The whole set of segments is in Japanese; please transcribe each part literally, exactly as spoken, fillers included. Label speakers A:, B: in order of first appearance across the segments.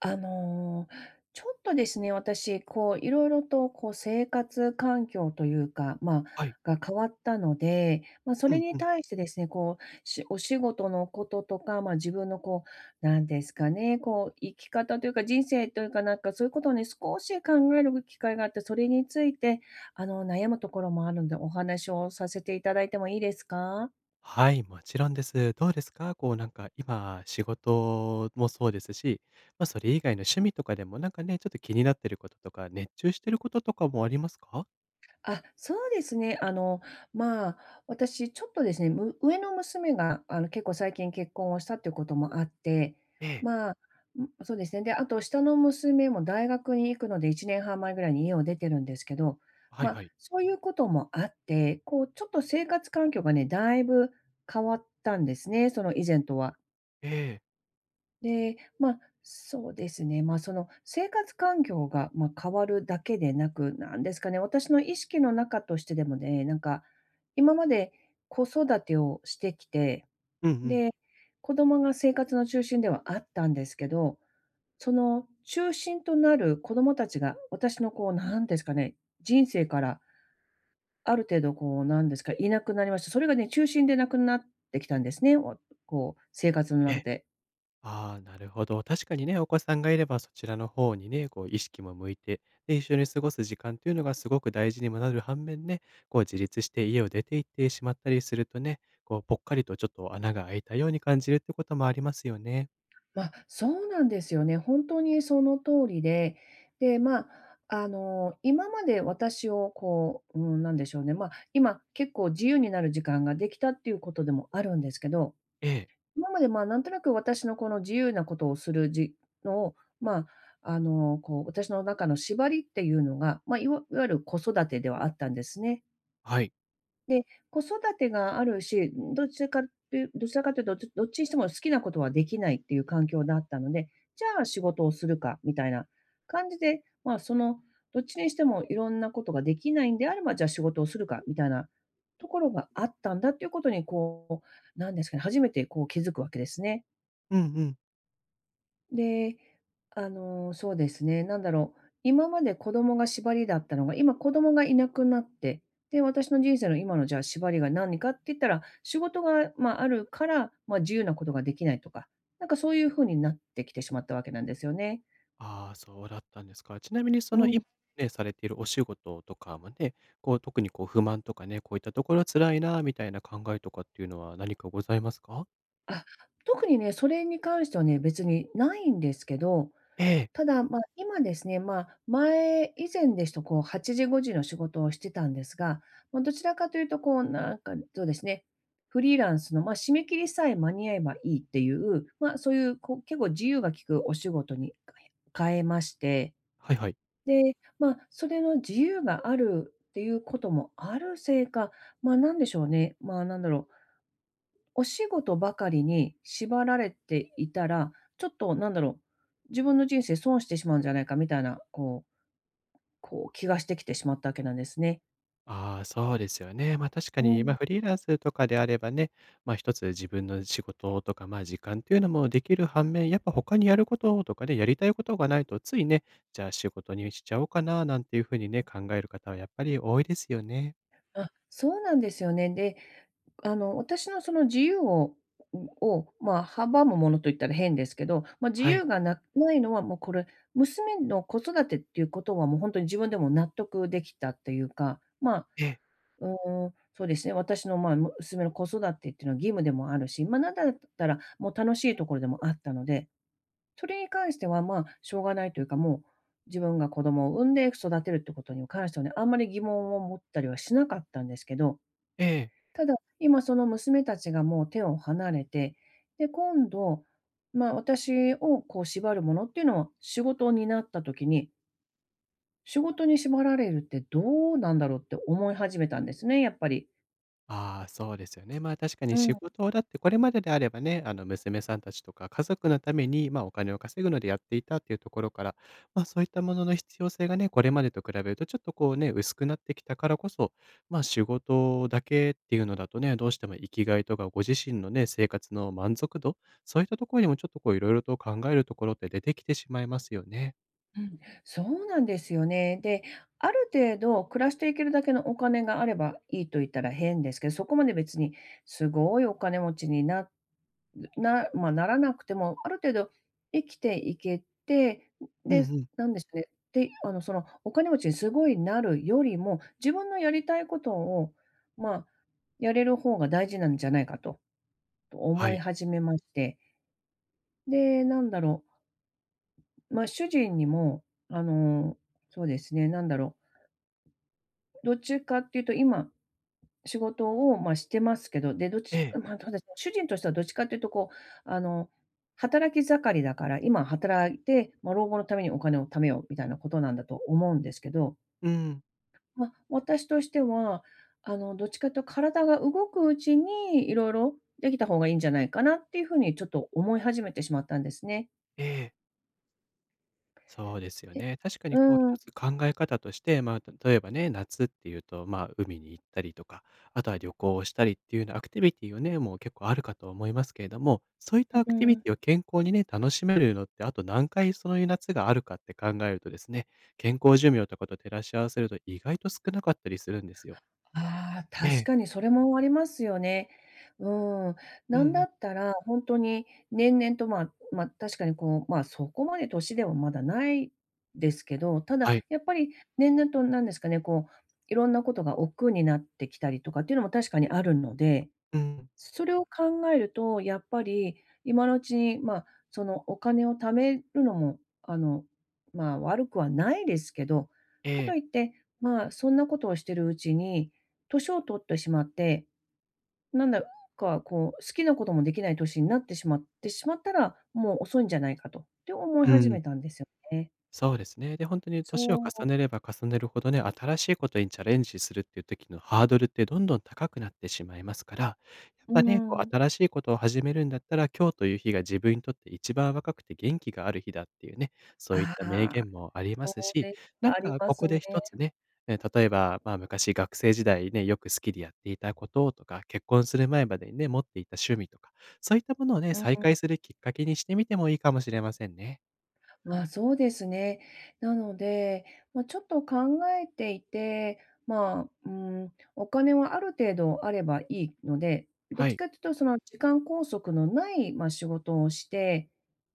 A: あの、ちょっとですね、私、こう、いろいろと、こう、生活環境というか、まあ、
B: はい。
A: が変わったので、まあ、そ
B: う
A: れ
B: んう
A: に
B: ん。
A: 対してですね、こう、しお仕事のこととか、ま、あ自分のこう、なんですかね、こう、生き方というか、人生というか、なんかそういうことをね、少し考える機会があって、それについて、あの、悩むところもあるんで、お話をさせていただいてもいいですか？
B: はい、もちろんです。どうですか？こうなんか今、仕事もそうですし、ま、それ以外の趣味とかでもなんかね、ちょっと気になってることとか、熱中してることとかもありますか？
A: あ、そうですね。あの、まあ、私ちょっとですね、む上の娘が、あの、結構最近結婚をしたっていうこともあって、
B: ええ、
A: まあ、ん、そうですね。で、あと下の娘も大学に行くので、いちねんはん前ぐらいに家を出てるんですけど、
B: はい
A: まあ、
B: はい。
A: そういうこともあって、こう、ちょっと生活環境がね、だいぶ変わったんですね、その以前とは。
B: ええ、
A: で、まあ、そうですね、まあ、その、生活環境が、まあ、変わるだけでなく、なんですかね、私の意識の中としてでもね、なんか、今まで子育てをしてきて、
B: うんうん。
A: で、子供が生活の中心ではあったんですけど、その中心となる子供たちが、私のこう、なんですかね、人生からある程度こう、なんですか、いなくなりました。それがね、中心でなくなってきたんですね、おこう、生活の
B: え
A: 中
B: え、
A: で。
B: ああ、なるほど。確かにね、お子さんがいればそちらの方にね、こう意識も向いて、で、一緒に過ごす時間というのがすごく大事にもなる反面ね、こう自立して家を出て行ってしまったりするとね、こうぽっかりとちょっと穴が開いたように感じるってこともありますよね。
A: まあ、そうなんですよね。本当にその通りで、で、まあ、あの、今まで私をこう、うん、なんでしょうね、まあ、今結構自由になる時間ができたっていうことでもあるんですけど、
B: ええ、
A: 今まで、まあ、なんとなく私のこの自由なことをするじのを、まあ、あの、こう、私の中の縛りっていうのが、まあ、いわいわゆる子育てではあったんですね。
B: はい。
A: で、子育てがあるし、どちらかっどちらかというと、どどっちにしても好きなことはできないっていう環境だったので、じゃあ仕事をするかみたいな感じで、まあ、その、どっちにしてもいろんなことができないんであれば、じゃあ仕事をするかみたいなところがあったんだっていうことにこう、なんですかね、初めてこう気づくわけですね。
B: うんうん。
A: で、あの、そうですね、なんだろう、今まで子供が縛りだったのが、今子供がいなくなって、で、私の人生の今のじゃあ縛りが何かって言ったら、仕事が、まあ、あるから、まあ、自由なことができないとか、なんかそういう風になってきてしまったわけなんですよね。
B: ああ、そうだったんですか。ちなみにそ
A: う
B: の今
A: ん。
B: ね、されているお仕事とかもね、こう特にこう不満とかね、こういったところ辛いなみたいな考えとかっていうのは何かございますか？
A: あ、特にね、それに関してはね、別にないんですけど
B: ええ、
A: ただ、まあ、今ですね、まあ、前以前ですと、こうはちじごじの仕事をしてたんですが、まあ、どちらかというと、こうなんか、そうですね、フリーランスの、まあ、締め切りさえ間に合えばいいっていう、まあ、そういう、こう、結構自由が利くお仕事に変えまして、
B: はいはい。
A: で、まあ、それの自由があるっていうこともあるせいか、まあ、なんでしょうね、まあ、なんだろう、お仕事ばかりに縛られていたら、ちょっとなんだろう、自分の人生損してしまうんじゃないかみたいな、こうこう気がしてきてしまったわけなんですね。
B: ああ、そうですよね。ま、あ確か
A: う
B: に、ま、
A: ん。
B: フリーランスとかであればね、ま、あ一つ自分の仕事とか、ま、あ時間っていうのもできる反面、やっぱ他にやることとかね、やりたいことがないとついね、じゃあ仕事にしちゃおうかななんていうふうにね、考える方はやっぱり多いですよね。
A: あ、そうなんですよね。で、あの、私のその自由をを、まあ、阻むものといったら変ですけど、まあ、自
B: はい。
A: 由がなないのはもうこれ、娘の子育てっていうことはもう本当に自分でも納得できたっていうか、まあ
B: ええ。
A: うーん、そうですね。私の、まあ、娘の子育てっていうのは義務でもあるし、まあ、なんだったら、もう楽しいところでもあったので、それに関しては、まあ、しょうがないというか、もう自分が子供を産んで育てるってことに関してはね、あんまり疑問を持ったりはしなかったんですけど、
B: ええ。
A: ただ、今その娘たちがもう手を離れて、で、今度、まあ、私をこう縛るものっていうのは仕事になった時に、仕事に縛られるってどうなんだろうって思い始めたんですね、やっぱり。
B: ああ、そうですよね。まあ、確かに
A: う
B: 仕
A: ん。
B: 事だって、これまでであればね、あの、娘さんたちとか家族のために、まあ、お金を稼ぐのでやっていたっていうところから、まあ、そういったものの必要性がね、これまでと比べるとちょっとこうね、薄くなってきたからこそ、まあ、仕事だけっていうのだとね、どうしても生きがいとかご自身のね、生活の満足度、そういったところにもちょっとこう、いろいろと考えるところって出てきてしまいますよね。
A: うん、そうなんですよね。で、ある程度暮らしていけるだけのお金があればいいと言ったら変ですけど、そこまで別にすごいお金持ちにななまあ、ならなくても、ある程度生きていけて、
B: うんう
A: で、
B: ん。
A: なんでしょうね、で、あの、そのお金持ちにすごいなるよりも、自分のやりたいことを、まあ、やれる方が大事なんじゃないかとと
B: は
A: 思い
B: い。
A: 始めまして、で、なんだろう、まあ、主人にも、あの、そうですね、なんだろうどっちかっていうと、今、仕事を、まあ、してますけど、で、どっち
B: ええ。
A: まあ、ただ主人としてはどっちかっていうと、こう、あの、働き盛りだから、今働いて、ま、老後のためにお金を貯めようみたいなことなんだと思うんですけど、
B: うん。
A: ま、私としては、あの、どっちかというと体が動くうちに、いろいろできた方がいいんじゃないかなっていう風にちょっと思い始めてしまったんですね。
B: ええ。そうですよ
A: で
B: ね。確かに
A: う
B: こう
A: ん、
B: 一
A: う
B: つ考え方として、まあ、た例えばね、夏っていうと、まあ、海に行ったりとか、あとは旅行をしたりっていうようなアクティビティをね、もう結構あるかと思いますけれども、そういったアクティビ
A: ー
B: ティを健康にね、楽しめるのって、あと何回その夏があるかって考えるとですね、健康寿命とかと照らし合わせると意外と少なかったりするんですよ。
A: ああ、
B: え
A: 確か
B: え。
A: にそれもありますよね。うん。
B: うん
A: なん
B: う
A: だ
B: ん。
A: ったら、本当に年々と、まあ、まあ、確かにこう、まあ、そこまで年ではまだないですけど、ただ
B: はい。
A: やっぱり年々となんですかね、こう、いろんなことが億劫になってきたりとかっていうのも確かにあるので
B: うん。
A: それを考えると、やっぱり今のうちに、まあ、そのお金を貯めるのも、あの、まあ、悪くはないですけど、
B: え
A: かと
B: え。
A: いって、まあ、そんなことをしてるうちに、年を取ってしまって、なんだかこう、好きなこともできない年になってしまってしまったら、もう遅いんじゃないかとって思い
B: う
A: 始
B: ん。
A: めたんですよね。
B: そうですね。で、本当に年を
A: そう、
B: 重ねれば重ねるほどね、新しいことにチャレンジするっていう時のハードルってどんどん高くなってしまいますから、やっ
A: う
B: ぱね、こ
A: ん。
B: う新しいことを始めるんだったら、今日という日が自分にとって一番若くて元気がある日だっていうね、そういっ
A: あ
B: た名
A: あ、
B: 言もありま
A: そ
B: す
A: う
B: し、
A: です、
B: なん
A: あり
B: か
A: ま
B: ここ
A: すね。
B: で一つね、え、例えば、まあ、昔学生時代ね、よく好きでやっていたこととか、結婚する前までにね、持っていた趣味とか、そういったものをね、
A: うん。
B: 再開するきっかけにしてみてもいいかもしれませんね。
A: まあ、そうですね。なので、まあ、ちょっと考えていて、まあ、うん、お金はある程度あればいいので、どっ
B: は
A: ち
B: い。
A: かというとその時間拘束のない、まあ、仕事をして、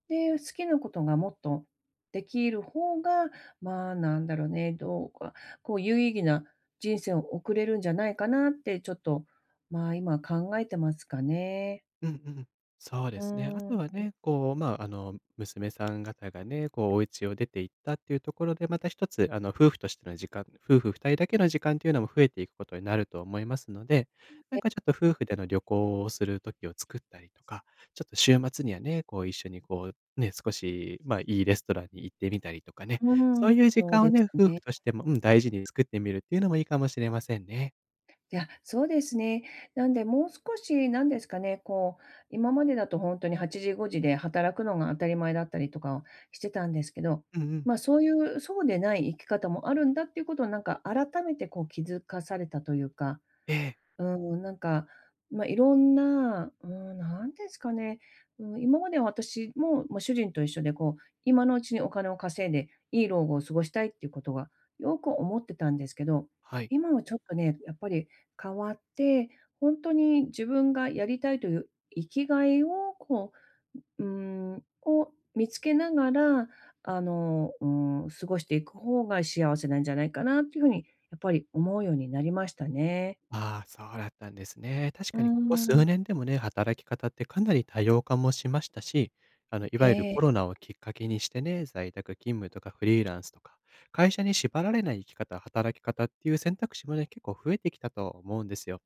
A: で、好きなことがもっとできる方が、まあ、なんだろうね、どうか、こう有意義な人生を送れるんじゃないかなってちょっと、まあ、今考えてますかね。
B: うんうん。そうで
A: う
B: すね。あと
A: ん。
B: はね、こう、まあ、あの、娘さん方がね、こう、お家を出て行ったっていうところで、また一つ、あの、夫婦としての時間、夫婦二人だけの時間っていうのも増えていくことになると思いますので、なん
A: え
B: かちょっと夫婦での旅行をする時を作ったりとか、ちょっと週末にはね、こう、一緒にこう、ね、少し、まあ、いいレストランに行ってみたりとかね、
A: う
B: そう
A: ん、
B: いう時
A: そう
B: 間を
A: です
B: ね、夫婦
A: ね。
B: としても、うん、大事に作ってみるっていうのもいいかもしれませんね。
A: いや、そうですね。なんで、もう少し、なんですかね、こう、今までだと本当にはちじ、ごじで働くのが当たり前だったりとかをしてたんですけど、
B: うんうん。
A: ま、あそういう、そうでない生き方もあるんだっていうことをなんか改めてこう気づかされたというか
B: ええ。
A: うん、なんか、まあ、いろんな、うん、なんですかね、うん、今までは私も、まあ、主人と一緒でこう、今のうちにお金を稼いで、いい老後を過ごしたいっていうことがよく思ってたんですけど、
B: はい。
A: 今はちょっとね、やっぱり変わって、本当に自分がやりたいという生きがいをこう、うん、を見つけながら、あの、うん、過ごしていく方が幸せなんじゃないかなっていう風にやっぱり思うようになりましたね。
B: ああ、そうだったんですね。確
A: う
B: かにここ数
A: ん。
B: 年でもね、働き方ってかなり多様化もしましたし、あの、い
A: え
B: わゆる
A: え、
B: コロナをきっかけにしてね、在宅勤務とかフリーランスとか、会社に縛られない生き方、働き方っていう選択肢もね、結構増えてきたと思うんですよ。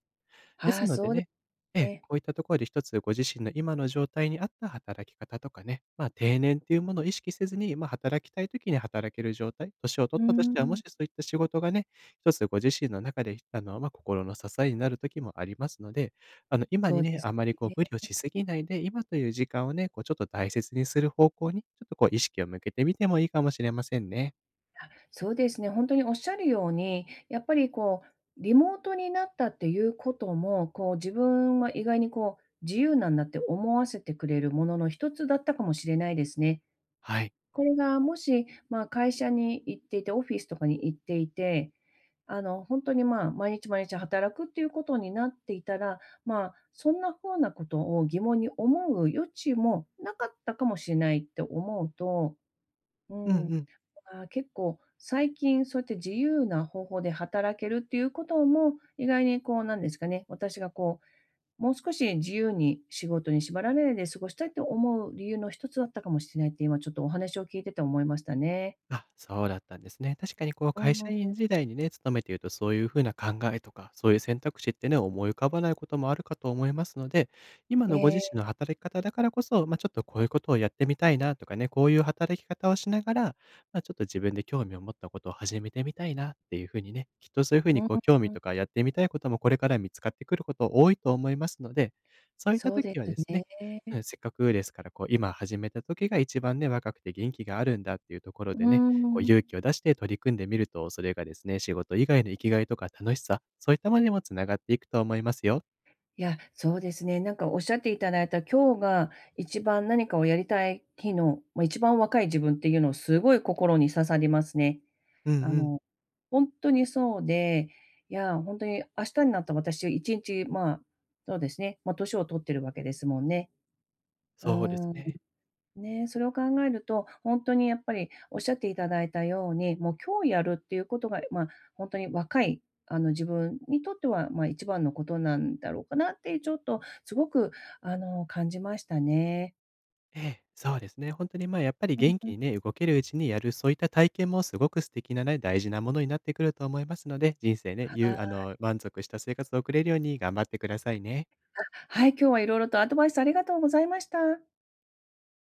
B: で
A: あ
B: す
A: あ、
B: の
A: そ
B: で
A: うで
B: ね、え
A: す
B: え、
A: ね。
B: こういったところで一つご自身の今の状態に合った働き方とかね、まあ、定年っていうものを意識せずに、まあ、働きたい時に働ける状態、年を取
A: う
B: ったとし
A: ー
B: ては、もし
A: ん、
B: そういった仕事がね、一つご自身の中で、あの、まあ、心の支えになる時もありますので、あの、今
A: そ
B: に
A: う
B: ね、
A: です
B: あまりこう
A: ね。
B: 無理をしすぎないで、今という時間をね、こうちょっと大切にする方向に、ちょっとこう意識を向けてみてもいいかもしれませんね。
A: あ、そうですね、本当におっしゃるように、やっぱりこう、リモートになったっていうことも、こう、自分は意外にこう、自由なんだって思わせてくれるものの一つだったかもしれないですね。
B: はい。
A: これがもし、まあ、会社に行っていて、オフィスとかに行っていて、あの、本当に、まあ、毎日毎日働くっていうことになっていたら、まあ、そんなふうなことを疑問に思う余地もなかったかもしれないって思うと、う
B: うん
A: ん、
B: うん。
A: まあー結構最近そうやって自由な方法で働けるっていうことも、意外にこう、なんですかね、私がこもう少し自由に仕事に縛られないで過ごしたいと思う理由の一つだったかもしれないって今ちょっとお話を聞いてて思いましたね。
B: あ、そうだったんですね。確かにこう
A: う
B: 会
A: ん。
B: 社員時代にね、勤めているとそういう風な考えとか、そういう選択肢ってね、思い浮かばないこともあるかと思いますので、今
A: え
B: のご自
A: え、
B: 身の働き方だからこそ、ま、ちょっとこういうことをやってみたいなとかね、こういう働き方をしながら、ま、ちょっと自分で興味を持ったことを始めてみたいなっていう風にね、きっとそういう風に
A: うん、
B: こう興味とかやってみたいこともこれから見つかってくること多いと思いますので、そういった
A: そうで
B: 時は
A: す
B: ですね、
A: ね。
B: うん、せっかくですから、こう今始めた時が一番ね、若くて元気があるんだっていうところで
A: う
B: ね、こう
A: ん。
B: 勇気を出して取り組んでみると、それがですね、仕事以外の生きがいとか楽しさ、そういったものにもつながっていくと思いますよ。
A: いや、そうですね。なんかおっしゃっていただいた今日が一番何かをやりたい日の、まあ、一番若い自分っていうのをすごい心に刺さりますね。
B: うん
A: あ
B: うん。
A: の、本当にそうで、いや、本当に明日になった私一日、まあ、そうですね、まあ、年を取ってるわけですもんね。う
B: そうです
A: ーん、
B: ね。
A: ね、それを考えると、本当にやっぱりおっしゃっていただいたように、もう今日やるっていうことが、ま、あ本当に若い、あの、自分にとっては、まあ、一番のことなんだろうかなってちょっとすごく、あの、感じましたね。
B: ええ、そうですね。本当に、ま、やっぱり
A: うん
B: 元
A: う
B: 気
A: ん。
B: にね、動けるうちにやる、そういった体験もすごく素敵なね、大事なものになってくると思いますので、人生ね、ゆうあ
A: は
B: の、満足した生活を送れるように頑張ってくださいね。
A: はい、今日は色々とアドバイスありがとうございました。